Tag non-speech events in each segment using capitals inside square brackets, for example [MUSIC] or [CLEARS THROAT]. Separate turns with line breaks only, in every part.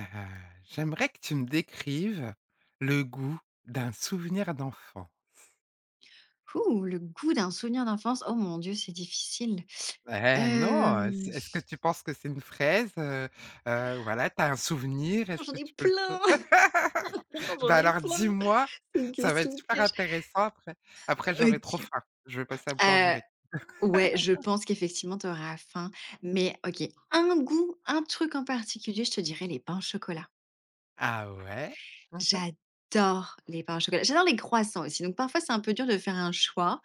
Heu, J'aimerais que tu me décrives le goût d'un souvenir d'enfant.
Ouh, le goût d'un souvenir d'enfance. Oh mon Dieu, c'est difficile.
Eh non,
Hem,
c'est est-ce que tu penses que c'est une fraise? Voilà, t'as un souvenir,
oh,
est-ce
j'en
que
ai
tu peux le
plein, [LAUGHS] Non,
[LAUGHS]
j'en
bah,
ai
alors
plein.
dis-moi,
C'est une
ça va être
question
super
piège.
intéressant après. Après j'aurai trop
OK,
faim, je vais passer à la
heu,
boulangerie.
ouais, je pense qu'effectivement tu auras faim, mais OK, un goût, un truc en particulier, je te dirais les pains au chocolat.
Ah ouais? Mmh
J'adore les pains au chocolat. J'adore les croissants aussi, donc parfois c'est un peu dur de faire un choix,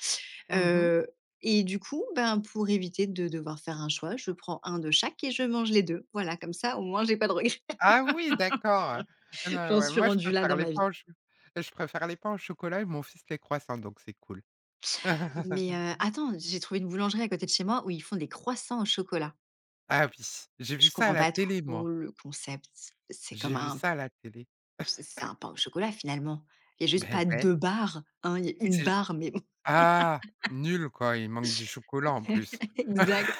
mh. Mmh.
heu et du coup, ben, pour éviter de devoir faire un choix, je prends un de chaque et je mange les 2. Voilà, comme ça, au moins, j'ai pas de regrets.
Ah oui, d'accord, ah non,
J'en
ouais,
suis
moi
rendue là dans ma vie.
je préfère les pains au chocolat et mon fils les croissants, donc c'est cool.
Mais
[LAUGHS]
attends, j'ai trouvé une boulangerie à côté de chez moi où ils font des croissants au chocolat.
Ah oui, j'ai
Je
vu ça à
comprends
la
pas
télé moi,
trop le concept. C'est
j'ai
comme
vu
un
ça à la télé.
c'est un pain au chocolat finalement. Il y a juste
Ben
pas
ouais,
2 barres, hein, il y a une
c'est
barre mais bon
ah! Nul quoi, il manque du chocolat en plus.
[LAUGHS] exact.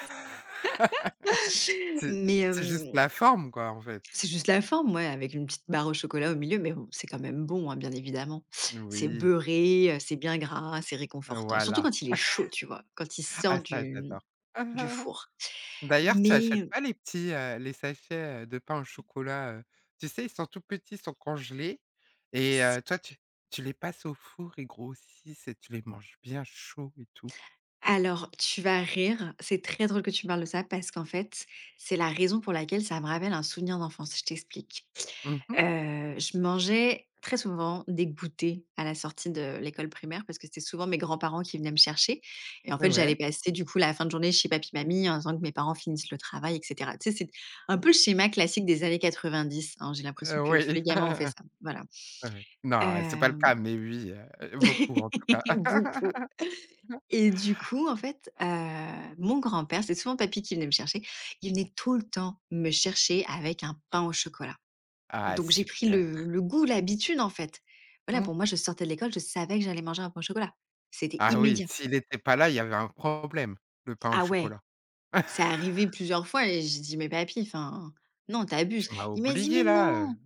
Mais
C'est c'est juste la forme quoi en fait.
c'est juste la forme, ouais, avec une petite barre au chocolat au milieu, mais bon, c'est quand même bon, hein, bien évidemment. C'est
Oui,
beurré, c'est bien gras, c'est réconfortant. Surtout
voilà.
quand il est chaud, tu vois? Quand il sort
Ah ça j'adore. [LAUGHS]
du
Ah.
four.
D'ailleurs tu achètes
Mais
pas les petits, les sachets, de pain au chocolat, tu sais, ils sont tout petits, ils sont congelés et
si
toi tu les passes au four, ils grossissent et tu les manges bien chauds et tout.
Alors, tu vas rire, c'est très drôle que tu parles de ça parce qu'en fait, c'est la raison pour laquelle ça me rappelle un souvenir d'enfance, je t'explique.
Mhm.
Je mangeais très souvent des goûters à la sortie de l'école primaire parce que c'était souvent mes grands-parents qui venaient me chercher et en fait, j'allais
Ouais.
passer du coup la fin de journée chez papy, mamie en attendant que mes parents finissent le travail et cetera. Tu sais, c'est un peu le schéma classique des années 90, hein, j'ai l'impression que tous
Oui.
les gamins ont fait
[LAUGHS]
ça, voilà.
Oui, oui. Non, c'est pas le
Hem,
cas, mais oui, beaucoup en tout cas.
[LAUGHS] beaucoup.
[LAUGHS]
Et du coup, en fait, mon grand-père, c'est souvent papy qui venait me chercher, il venait tout le temps me chercher avec un pain au chocolat.
Ah
Donc j'ai pris
super.
le goût, l'habitude, en fait. Voilà,
Mmh
pour moi,
mh.
je sortais de l'école, je savais que j'allais manger un pain au chocolat. C'était
Ah oui,
immédiat.
s'il était pas là, il y avait un problème, le pain au
Ah ouais!
chocolat.
C'est arrivé
[LAUGHS]
plusieurs fois et j'ai dit: «Mais papy, enfin, non, tu abuses».
Tu m'as
Il m'a dit:
oublié
«Mais
là.
non!»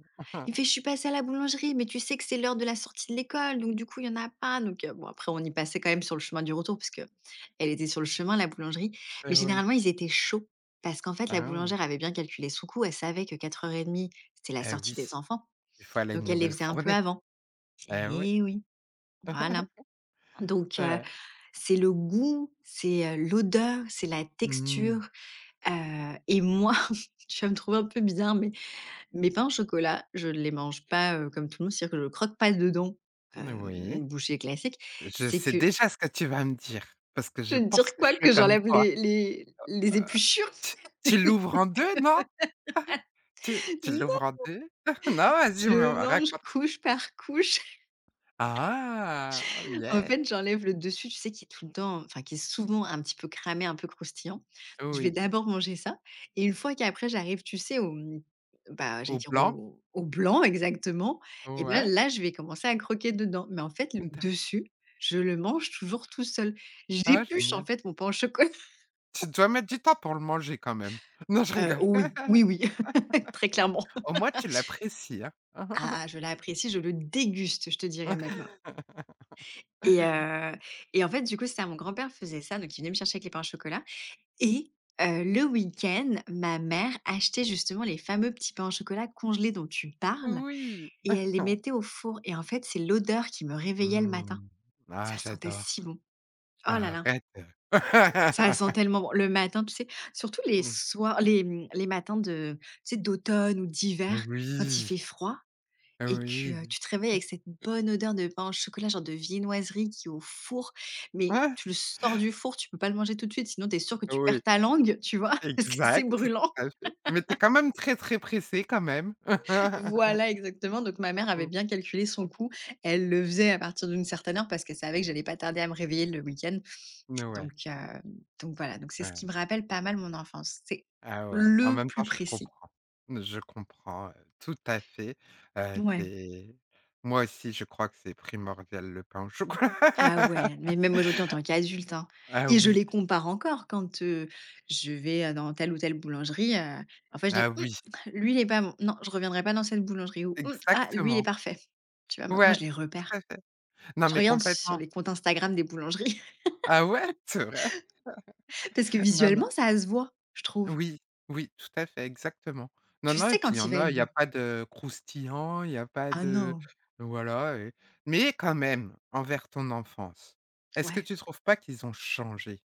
il
[LAUGHS]
me fait: «Je suis passé à la boulangerie, mais tu sais que c'est l'heure de la sortie de l'école, donc du coup, il y en a pas». Donc bon, après on y passait quand même sur le chemin du retour parce que elle était sur le chemin, la boulangerie.
Eh
Mais
oui.
généralement, ils étaient chauds parce qu'en fait, la
Ah non.
boulangère avait bien calculé son coup. Elle savait que 4:30, c'était la
Eh
sortie
oui,
des enfants,
il fallait une
donc elle les
nouvelle
faisait un peu
fournée.
avant.
Eh oui.
Eh oui, voilà.
[LAUGHS]
Donc
Ouais.
c'est le goût, c'est, l'odeur, c'est la
Mmh.
texture, et moi, [LAUGHS] tu vas me trouver un peu bizarre, mais mes pains au chocolat, je ne les mange pas, comme tout le monde, c'est-à-dire que je croque pas dedans, heu,
Oui.
une bouchée classique.
Je
C'est
sais
que
déjà ce que tu vas me dire, parce que
je
je
vais te
pense
dire
que je
quoi?
fais
Que
comme
j'enlève
toi.
les
Heu,
épluchures?
tu tu l'ouvres
[LAUGHS]
en 2, non? Tu
Non!
l'ouvres en 2? [LAUGHS] Non, vas-y, me
Je mange
raconte.
couche par couche.
Ah!
En
yeah,
fait, j'enlève le dessus, tu sais, qui est tout le temps enfin, qui est souvent un petit peu cramé, un peu croustillant. Je vais
oui.
d'abord manger ça et une fois qu'après j'arrive, tu sais, au, mmh, bah, j'allais
Au
dire
blanc?
au blanc exactement et ben,
Ouais.
là, je vais commencer à croquer dedans. Mais en fait, le
D'a
dessus, je le mange toujours tout seul.
ah
J'épluche, en
génial.
fait, mon pain au chocolat. [LAUGHS]
Tu dois mettre du temps pour le manger quand même. [LAUGHS] Non, je rigole.
Oui,
[LAUGHS]
oui, oui, [LAUGHS] très clairement.
Au moins tu l'apprécies, hein.
Ah, je l'apprécie, je le déguste, je te dirais même
[LAUGHS]
et heu et en fait, du coup, ça, mon grand-père faisait ça, donc il venait me chercher avec les pains au chocolat. Et le week-end, ma mère achetait justement les fameux petits pains au chocolat congelés dont tu parles
Oui.
et elle les mettait
[LAUGHS]
au four et en fait, c'est l'odeur qui me réveillait le matin.
Mmh. Ah
Ça sentait
j'adore.
si bon. Oh là là,
Arrête.
ça sent
[LAUGHS]
tellement bon. Le matin, tu sais, surtout les soirs les, mmh, les matins de tu sais, d'automne ou d'hiver quand il
Oui,
fait froid et que,
oui, oui.
tu te réveilles avec cette bonne odeur de pain au chocolat, genre de viennoiserie qui est au four, mais tu le sors du four, tu peux pas le manger tout de suite, sinon tu es sûr que tu
Oui,
perds ta langue, tu vois? [LAUGHS] Parce que c'est
exact, tout
brûlant.
à fait. Mais t'es quand même très, très pressé quand même. [LAUGHS]
Voilà, exactement. Donc ma mère avait bien calculé son coût. Elle le faisait à partir d'une certaine heure parce qu'elle savait que j'allais pas tarder à me réveiller le week-end.
Ouais,
Donc, heu, donc voilà, donc c'est ce qui
ouais.
me rappelle pas mal mon enfance. C'est
Ah ouais. En
le
même
plus
temps, je
précis.
comprends. Je comprends, tout à fait.
Ouais.
C'est moi aussi, je crois que c'est primordial le pain au chocolat.
Ah ouais,
[LAUGHS]
mais même aujourd'hui en tant qu'adulte, hein
Ah
et je
oui,
les compare encore quand, je vais, dans telle ou telle boulangerie, parfois je
ah
dis:
oui,
«Mmh, lui il est pas bon. Non, je reviendrai pas dans cette boulangerie» ou: «Mmh, ah lui il est
exactement.
parfait». Tu vois? Maintenant
Ouais,
je les
tout
repère.
à fait. Non,
Je
mais
regarde sur
complètement.
les comptes Instagram des boulangeries.
Ah ouais? C'est vrai?
Parce que
[LAUGHS] Non, non.
visuellement, ça se voit, je trouve.
Oui, oui, tout à fait, exactement. Non,
Tu
non et
sais
puis il y
quand il
en
va
a,
être
il y a
bon.
pas de croustillant, il y a pas
Ah
de
non,
voilà et mais quand même, envers ton enfance, est-ce que
ouais.
tu trouves pas qu'ils ont changé?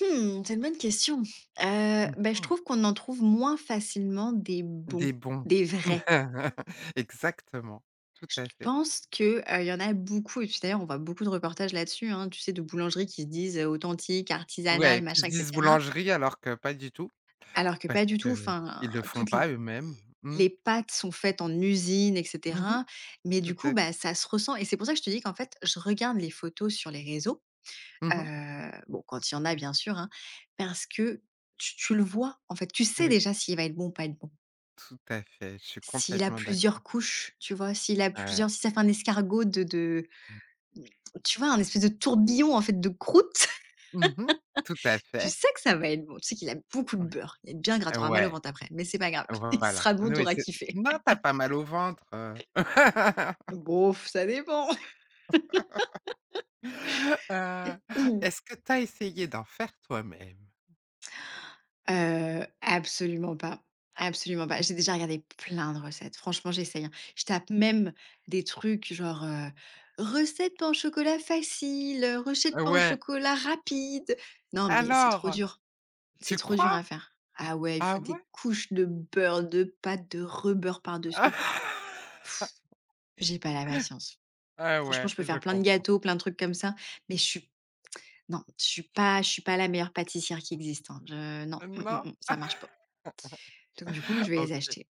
Mmh, c'est une bonne question.
Mmh
Bah, je
mh.
trouve qu'on en trouve moins facilement des bons,
Des bons.
des vrais.
[LAUGHS] Exactement, tout
Je
à fait.
pense que, il y en a beaucoup et puis d'ailleurs on voit beaucoup de reportages là-dessus, hein, tu sais, de boulangeries qui se disent, authentiques, artisanales,
Ouais, qui se
machin et
disent
cetera.
boulangerie alors que pas du tout,
Alors que
parce
pas du tout,
qu'ils
enfin,
le font
toutes les
pas eux-mêmes. Mmh.
pâtes sont faites en usine et
Mmh mh.
cetera. Mais
Tout
du
à
coup, bah,
fait.
ça se ressent et c'est pour ça que je te dis qu'en fait, je regarde les photos sur les réseaux.
Mmh mh.
Bon, quand il y en a bien sûr, hein, parce que tu le vois, en fait. Tu sais
Oui,
déjà s'il va être bon ou pas être bon.
tout à fait, je suis
S'il a
complètement
plusieurs
d'accord.
couches, tu vois? S'il a
Ouais.
plusieurs si ça fait un escargot de tu vois? Un espèce de tourbillon, en fait, de croûte, [LAUGHS]
Mmh mh. Tout à
tu
fait.
sais que ça va être bon. Tu sais qu'il a beaucoup de
Ouais.
beurre. Il va être bien gras, tu mal au
Ouais,
ventre après, mais c'est pas grave. [LAUGHS] Il
voilà.
sera bon,
Oui,
t'auras
c'est
kiffé.
non, tu as pas mal au ventre. [LAUGHS]
Bon, ça dépend.
Heu,
[LAUGHS]
est-ce que tu as essayé d'en faire toi-même?
Absolument pas, absolument pas. J'ai déjà regardé plein de recettes. Franchement, j'essaye, hein. Je tape même des trucs genre, «recette pain au chocolat facile», «recette pain au
Ouais.
chocolat rapide». Non, mais
Alors?
c'est
Tu
trop dur
crois?
à faire. Ah ouais, il
Ah
faut des
ouais?
couches de beurre, de pâte, de rebeurre par-dessus. Oh,
[LAUGHS]
j'ai pas la patience.
Ah ah
Franchement,
ouais,
je peux faire
je
plein de
comprends.
gâteaux, plein de trucs comme ça, mais je suis non, je suis pas la meilleure pâtissière qui existe, hein. Je non, mmh, mmh,
Non?
mmh, ça marche pas. Donc du coup, je vais les
OK.
acheter.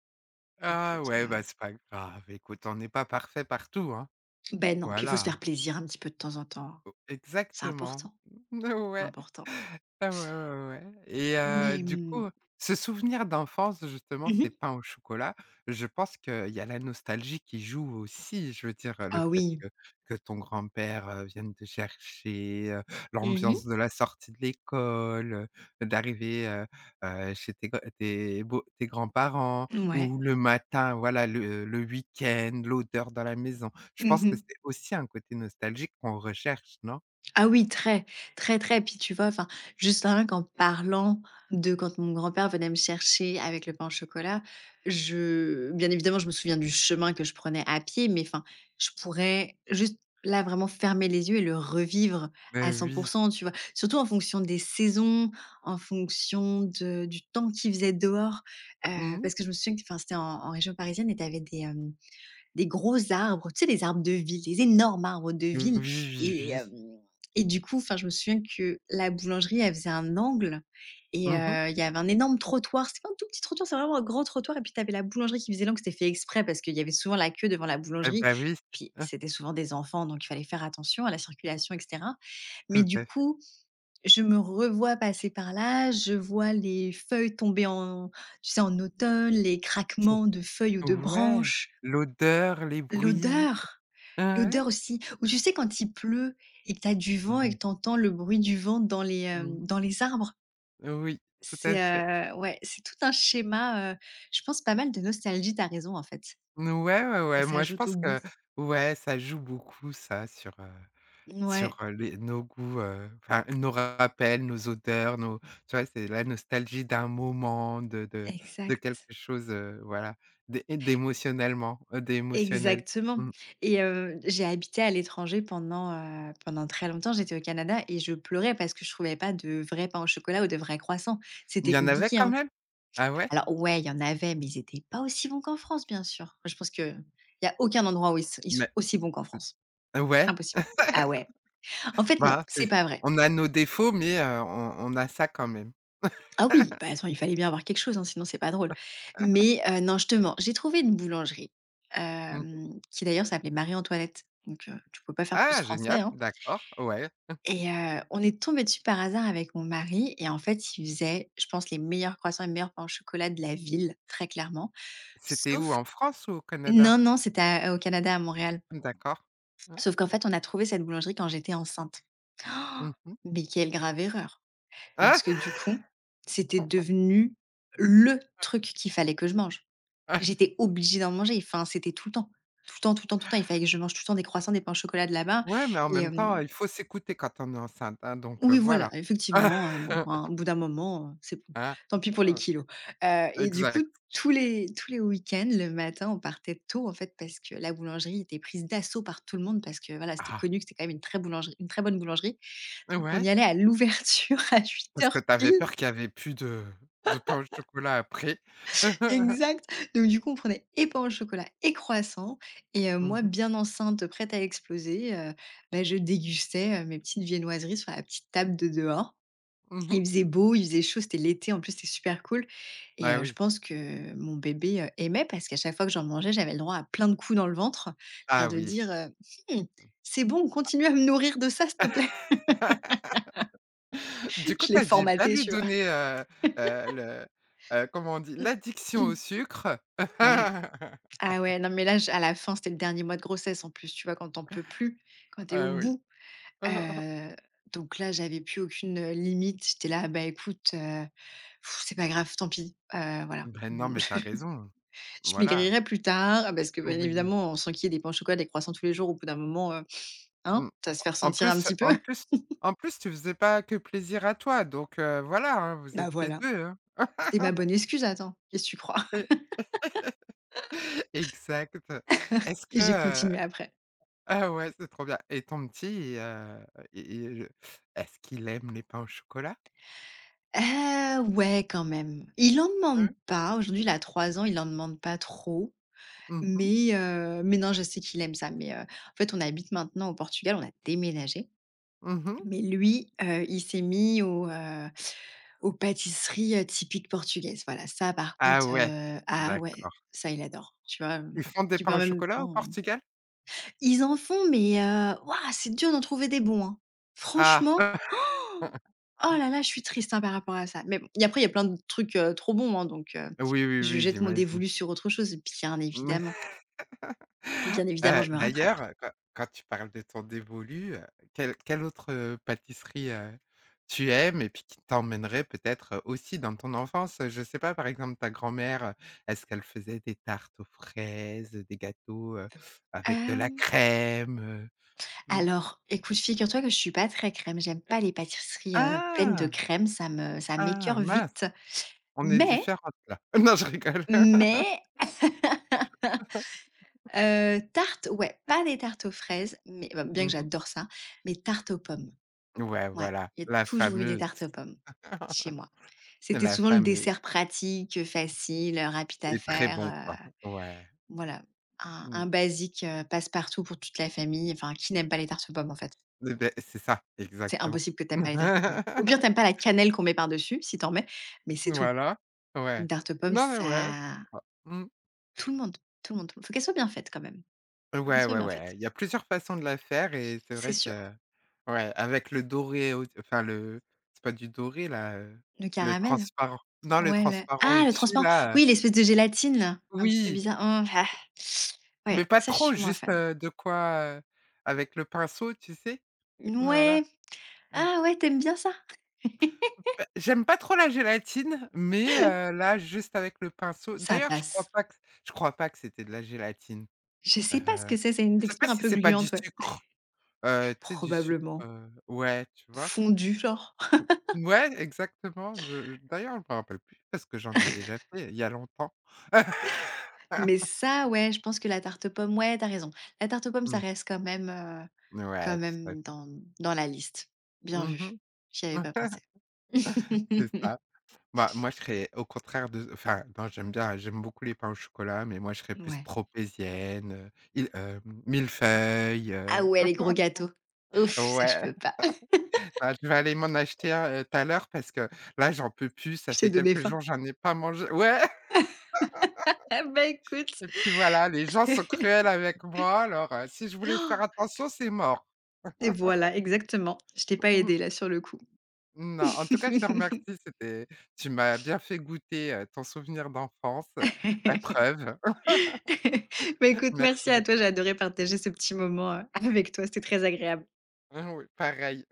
Ah
Écoute,
ouais, bah, c'est pas grave. Écoute, on n'est pas parfait partout, hein.
ben non, puis il faut se faire
Voilà.
plaisir un petit peu de temps en temps. C'est
Exactement.
important,
[LAUGHS]
c'est
Ouais.
important.
Ah ouais, ouais, ouais, ouais et
Mais,
du coup,
mmh.
ce souvenir d'enfance justement,
Mmh
ces
mh.
pains au chocolat, je pense qu'il y a la nostalgie qui joue aussi. Je veux dire, le
Ah
fait
oui.
que ton grand-père, vienne te chercher,
Mmh mh.
l'ambiance de la sortie de l'école, d'arriver, chez tes gr tes beaux tes grands-parents
Mouais.
ou le matin, voilà, le week-end, l'odeur dans la maison. Je
Mmh
pense que
mh.
c'est aussi un côté nostalgique qu'on recherche, non?
Ah oui, très, très, très. Puis tu vois, enfin, juste rien qu'en parlant de quand mon grand-père venait me chercher avec le pain au chocolat, je bien évidemment, je me souviens du chemin que je prenais à pied, mais enfin, je pourrais juste là vraiment fermer les yeux et le revivre
Beh
à 100
oui.
tu vois? Surtout en fonction des saisons, en fonction de du temps qu'il faisait dehors,
Mmh.
parce que je me souviens que, enfin, c'était en région parisienne et tu avais des, hem des gros arbres, tu sais, les arbres de ville, les énormes arbres de
Oui,
ville
oui,
et
oui.
hem et du coup, enfin, je me souviens que la boulangerie, elle faisait un angle et
Mmh mh.
il y avait un énorme trottoir. C'était pas un tout petit trottoir, c'est vraiment un grand trottoir et puis tu avais la boulangerie qui faisait l'angle. C'était fait exprès parce qu'il y avait souvent la queue devant la
Et
boulangerie.
bah, oui,
Puis
hein,
c'était souvent des enfants, donc il fallait faire attention à la circulation et cetera. Mais
tout
du
à fait.
coup, je me revois passer par là, je vois les feuilles tomber en tu sais, en automne, les
[LAUGHS]
craquements de feuilles ou
C'est
de
ouais,
branches,
l'odeur, les bruits.
L'odeur,
Ouais, ouais.
l'odeur aussi. Ou tu sais quand il pleut et que tu as du vent et
Mmh.
que tu entends le bruit du vent dans les,
Mmh
dans
mh.
les arbres,
Oui, tout
c'est,
à fait.
ouais, c'est tout un schéma, je pense pas mal de nostalgie, tu as raison en fait.
N ouais, ouais,
Ça
ouais, moi je
s'ajoute au
pense
goût.
que ouais, ça joue beaucoup ça sur,
Ouais,
les nos goûts, enfin nos rappels, nos odeurs, nos tu vois? C'est la nostalgie d'un moment, de quelque
exact.
chose, voilà, d'émotionnel.
Exactement
Mmh.
et j'ai habité à l'étranger pendant, pendant très longtemps, j'étais au Canada et je pleurais parce que je trouvais pas de vrai pain au chocolat ou de vrai croissant.
Il
C'était
y en avait
compliqué,
quand
hein.
même? Ah ouais?
Alors ouais, il y en avait, mais ils étaient pas aussi bons qu'en France, bien sûr. Je pense qu'il y a aucun endroit où ils sont
Mais
aussi bons qu'en France.
ouais.
Impossible. Ah ouais. En fait, non,
Voilà,
c'est
c'est
pas vrai.
on a nos défauts, mais on a ça quand même.
Ah oui, bah attends, il fallait bien avoir quelque chose, hein, sinon c'est pas drôle. Mais non, je te mens, j'ai trouvé une boulangerie,
Mmh.
qui d'ailleurs s'appelait Marie-Antoinette, donc tu peux pas faire plus
Ah
français,
génial,
hein.
d'accord, ouais.
Et on est tombé dessus par hasard avec mon mari et en fait, il faisait, je pense, les meilleurs croissants et les meilleurs pains au chocolat de la ville, très clairement.
C'était où?
Sauf
En France ou au Canada?
Non, non, c'était à au Canada, à Montréal.
D'accord. Ouais.
Sauf qu'en fait, on a trouvé cette boulangerie quand j'étais enceinte. [GASPS]
Mmh mh.
Oh, mais quelle grave erreur! Parce
Ah!
que du coup, c'était devenu le truc qu'il fallait que je mange.
[LAUGHS]
J'étais obligée d'en manger, enfin, c'était tout le temps. Tout le temps, tout le temps, tout le temps, il fallait que je mange tout le temps des croissants, des pains au chocolat de là-bas.
Ouais, mais en
Et
même
hem
temps, il faut s'écouter quand on est enceinte, hein, donc
Oui, voilà,
voilà.
effectivement, bon, hein, au
[LAUGHS]
bout d'un moment, c'est bon.
Hein?
Tant pis pour les
Heu,
kilos, et du coup,
exact.
tous les week-ends, le matin, on partait tôt, en fait, parce que la boulangerie était prise d'assaut par tout le monde parce que, voilà, c'était
Ah!
connu que c'était quand même une très bonne boulangerie. Donc on y
Ouais,
allait à l'ouverture [LAUGHS] à huit
parce que
heures
tu avais
pile.
peur qu'il y avait plus de pain au chocolat après. [LAUGHS]
Exact. Donc du coup, on prenait et pain au chocolat et croissant et
Mmh
moi,
mh.
bien enceinte, prête à exploser, bah, je dégustais, mes petites viennoiseries sur la petite table de dehors.
Mmh
Il
mh.
faisait beau, il faisait chaud, c'était l'été, en plus, c'était super cool et
Ah
heu, je
oui.
pense que mon bébé, aimait parce qu'à chaque fois que j'en mangeais, j'avais le droit à plein de coups dans le ventre, l'air
Ah
de
oui.
dire: «Mmh, c'est bon, continue à me nourrir de ça, s'il te plaît».
Du
[LAUGHS]
coup,
Je l'ai
t'as dû bien
formaté,
lui
tu vois?
donnerheu, le, comment on dit? L'addiction au
[CLEARS THROAT]
sucre.
Ouais.
[LAUGHS]
Ah ouais, non, mais là, j à la fin, c'était le dernier mois de grossesse, en plus, tu vois? Quand tu en peux plus, quand t'es au
Ah oui.
bout,
[LAUGHS]
heu, donc là, j'avais plus aucune, limite. J'étais là: «Bah, écoute, c'est pas grave, tant pis». Voilà.
Ben non, mais
[LAUGHS]
t'as raison.
Je
Voilà.
maigrirai plus tard. Ah, parce que, bien
Oui.
évidemment, sans qu'il y ait des pains au chocolat, des croissants tous les jours, au bout d'un moment, hein,
Mmh.
ça va se faire
En
sentir un
plus
petit peu.
en plus
[LAUGHS]
en plus, tu faisais pas que plaisir à toi, donc voilà, hein, vous
Bah,
étiez
voilà,
2, hein.
c'était ma bonne excuse, attends, qu'est-ce que tu crois? [LAUGHS]
[LAUGHS] exact. Est-ce
Et
que,
j'ai
heu
continué après.
ah ouais, c'est trop bien et ton petit, il est ce qu'il aime les pains au chocolat?
Ouais, quand même. Il en demande
Mmh.
pas. Aujourd'hui, il a 3 ans, il en demande pas trop,
Mmh mh.
mais non, je sais qu'il aime ça, mais en fait, on habite maintenant au Portugal, on a déménagé,
Mmh.
mais lui, il s'est mis aux pâtisseries, typiques portugaises, voilà, ça par
Ah
contre,
ouais,
ah ouais,
d'accord.
ça il adore, tu vois? Hem,
Ils font des
tu peux
pains
en
au
même
chocolat au
temps
Portugal?
Ils en font mais waouh, c'est dur d'en trouver des bons, hein.
Ah!
Franchement,
[LAUGHS]
oh là là, je suis triste, hein, par rapport à ça, mais bon, et après il y a plein de trucs, trop bons, hein,
Oui, oui,
je
oui,
jette mon
j'imagine.
dévolu sur autre chose,
[LAUGHS]
bien évidemment, je me rattrape.
D'ailleurs, quand tu parles de ton dévolu, quelle autre, pâtisserie, tu aimes et puis qui t'emmènerait peut-être, aussi dans ton enfance? Je sais pas, par exemple, ta grand-mère, est-ce qu'elle faisait des tartes aux fraises, des gâteaux, avec de la
Hem,
crème? Mmh.
alors écoute, figure-toi que je suis pas très crème, j'aime pas les pâtisseries, pleines de
Ah!
crème, ça me ça
Ah
m'écoeure
mince,
vite.
on est
mais
différentes là. [LAUGHS] Non, je rigole.
mais [LAUGHS]
[LAUGHS]
Tarte, ouais, pas des tartes aux fraises, mais bah, bien que
Mmh.
j'adore ça, mais tartes aux pommes.
Ouais,
Ouais,
voilà,
il y a
la
toujours eu des
fameuse,
tartes aux pommes
[LAUGHS]
chez moi. C'était
la
souvent le
fameuse
dessert pratique, facile, rapide à
et très
faire,
bon, quoi.
heu,
Ouais,
voilà. Un
mmh,
un basique, passe-partout pour toute la famille. Enfin, qui n'aime pas les tartes aux pommes, en fait?
et beh, c'est ça,
C'est
exactement.
impossible que tu aimes pas les tartes aux pommes. Au pire, tu
[LAUGHS]
aimes pas la cannelle qu'on met par-dessus, si tu en mets, mais c'est tout.
Voilà,
Une
ouais.
tarte aux pommes,
Non, mais ouais,
ça
oh, mmh,
tout le monde, tout le monde, tout le monde. Faut qu'elle soit bien faite quand même. Faut qu'elle
ouais,
soit
ouais,
bien faite,
ouais, il y a plusieurs façons de la faire et c'est
c'est
vrai
sûr.
que ouais, avec le doré au enfin le c'est pas du doré là,
Le
le
caramel?
transparent. Non, le
Ouais, le
transparent
ah le
au-dessus
transparent!
là,
Oui, l'espèce de gélatine là, un petit peu
oui,
bizarre. Mmh, ah.
mais
Ouais,
pas
ça je
trop,
suis moins
juste,
fan.
de quoi, avec le pinceau, tu sais? Voilà,
Ouais,
mmh.
ah ouais, t'aimes bien ça? [LAUGHS]
Bah, j'aime pas trop la gélatine, mais là, juste avec le pinceau
Ça
d'ailleurs,
passe.
je crois pas que c'était de la gélatine.
Je
Heu,
sais pas ce que c'est une
je sais pas
texture un
si
peu
c'est pas du
gluante, ouais.
sucre, tu sais, du sucre,
Probablement,
ouais, tu vois?
fondue genre? [LAUGHS]
Ouais, exactement, je d'ailleurs, je me rappelle plus parce que j'en ai déjà fait il y a longtemps. [LAUGHS]
Mais ça, ouais, je pense que la tarte pomme. Ouais, t'as raison. La tarte pomme, ça
Mmh.
reste quand
Ouais, tout à fait.
même dans la liste. Bien vu,
Mmh
j'y avais
mh.
pas
[LAUGHS]
pensé.
C'est
[LAUGHS]
ça. Bah, moi, je serais au contraire de enfin, non, j'aime beaucoup les pains au chocolat, mais moi, je serais plus
Ouais.
tropézienne, millefeuille,
Ah ouais, les gros gâteaux. Ouf, ça je
ouais,
peux pas. [LAUGHS]
bah, je vais aller m'en acheter un, tout à l'heure parce que là, j'en peux plus, ça
Je t'ai
fait
donné
quelques
faim.
jours, j'en ai pas mangé ouais, [LAUGHS]
Ah bah, écoute.
et puis voilà, les gens sont cruels
[LAUGHS]
avec moi, alors, si je voulais faire attention, c'est mort.
Et voilà, exactement. Je t'ai pas aidé
Mmh.
là sur le coup.
Non, en tout cas, je te
[LAUGHS]
remercie, c'était tu m'as bien fait goûter, ton souvenir d'enfance, la preuve.
Bah,
[LAUGHS]
écoute, merci
Merci
à toi,
beaucoup.
j'ai adoré partager ce petit moment, avec toi, c'était très agréable.
Mmh, oui, pareil.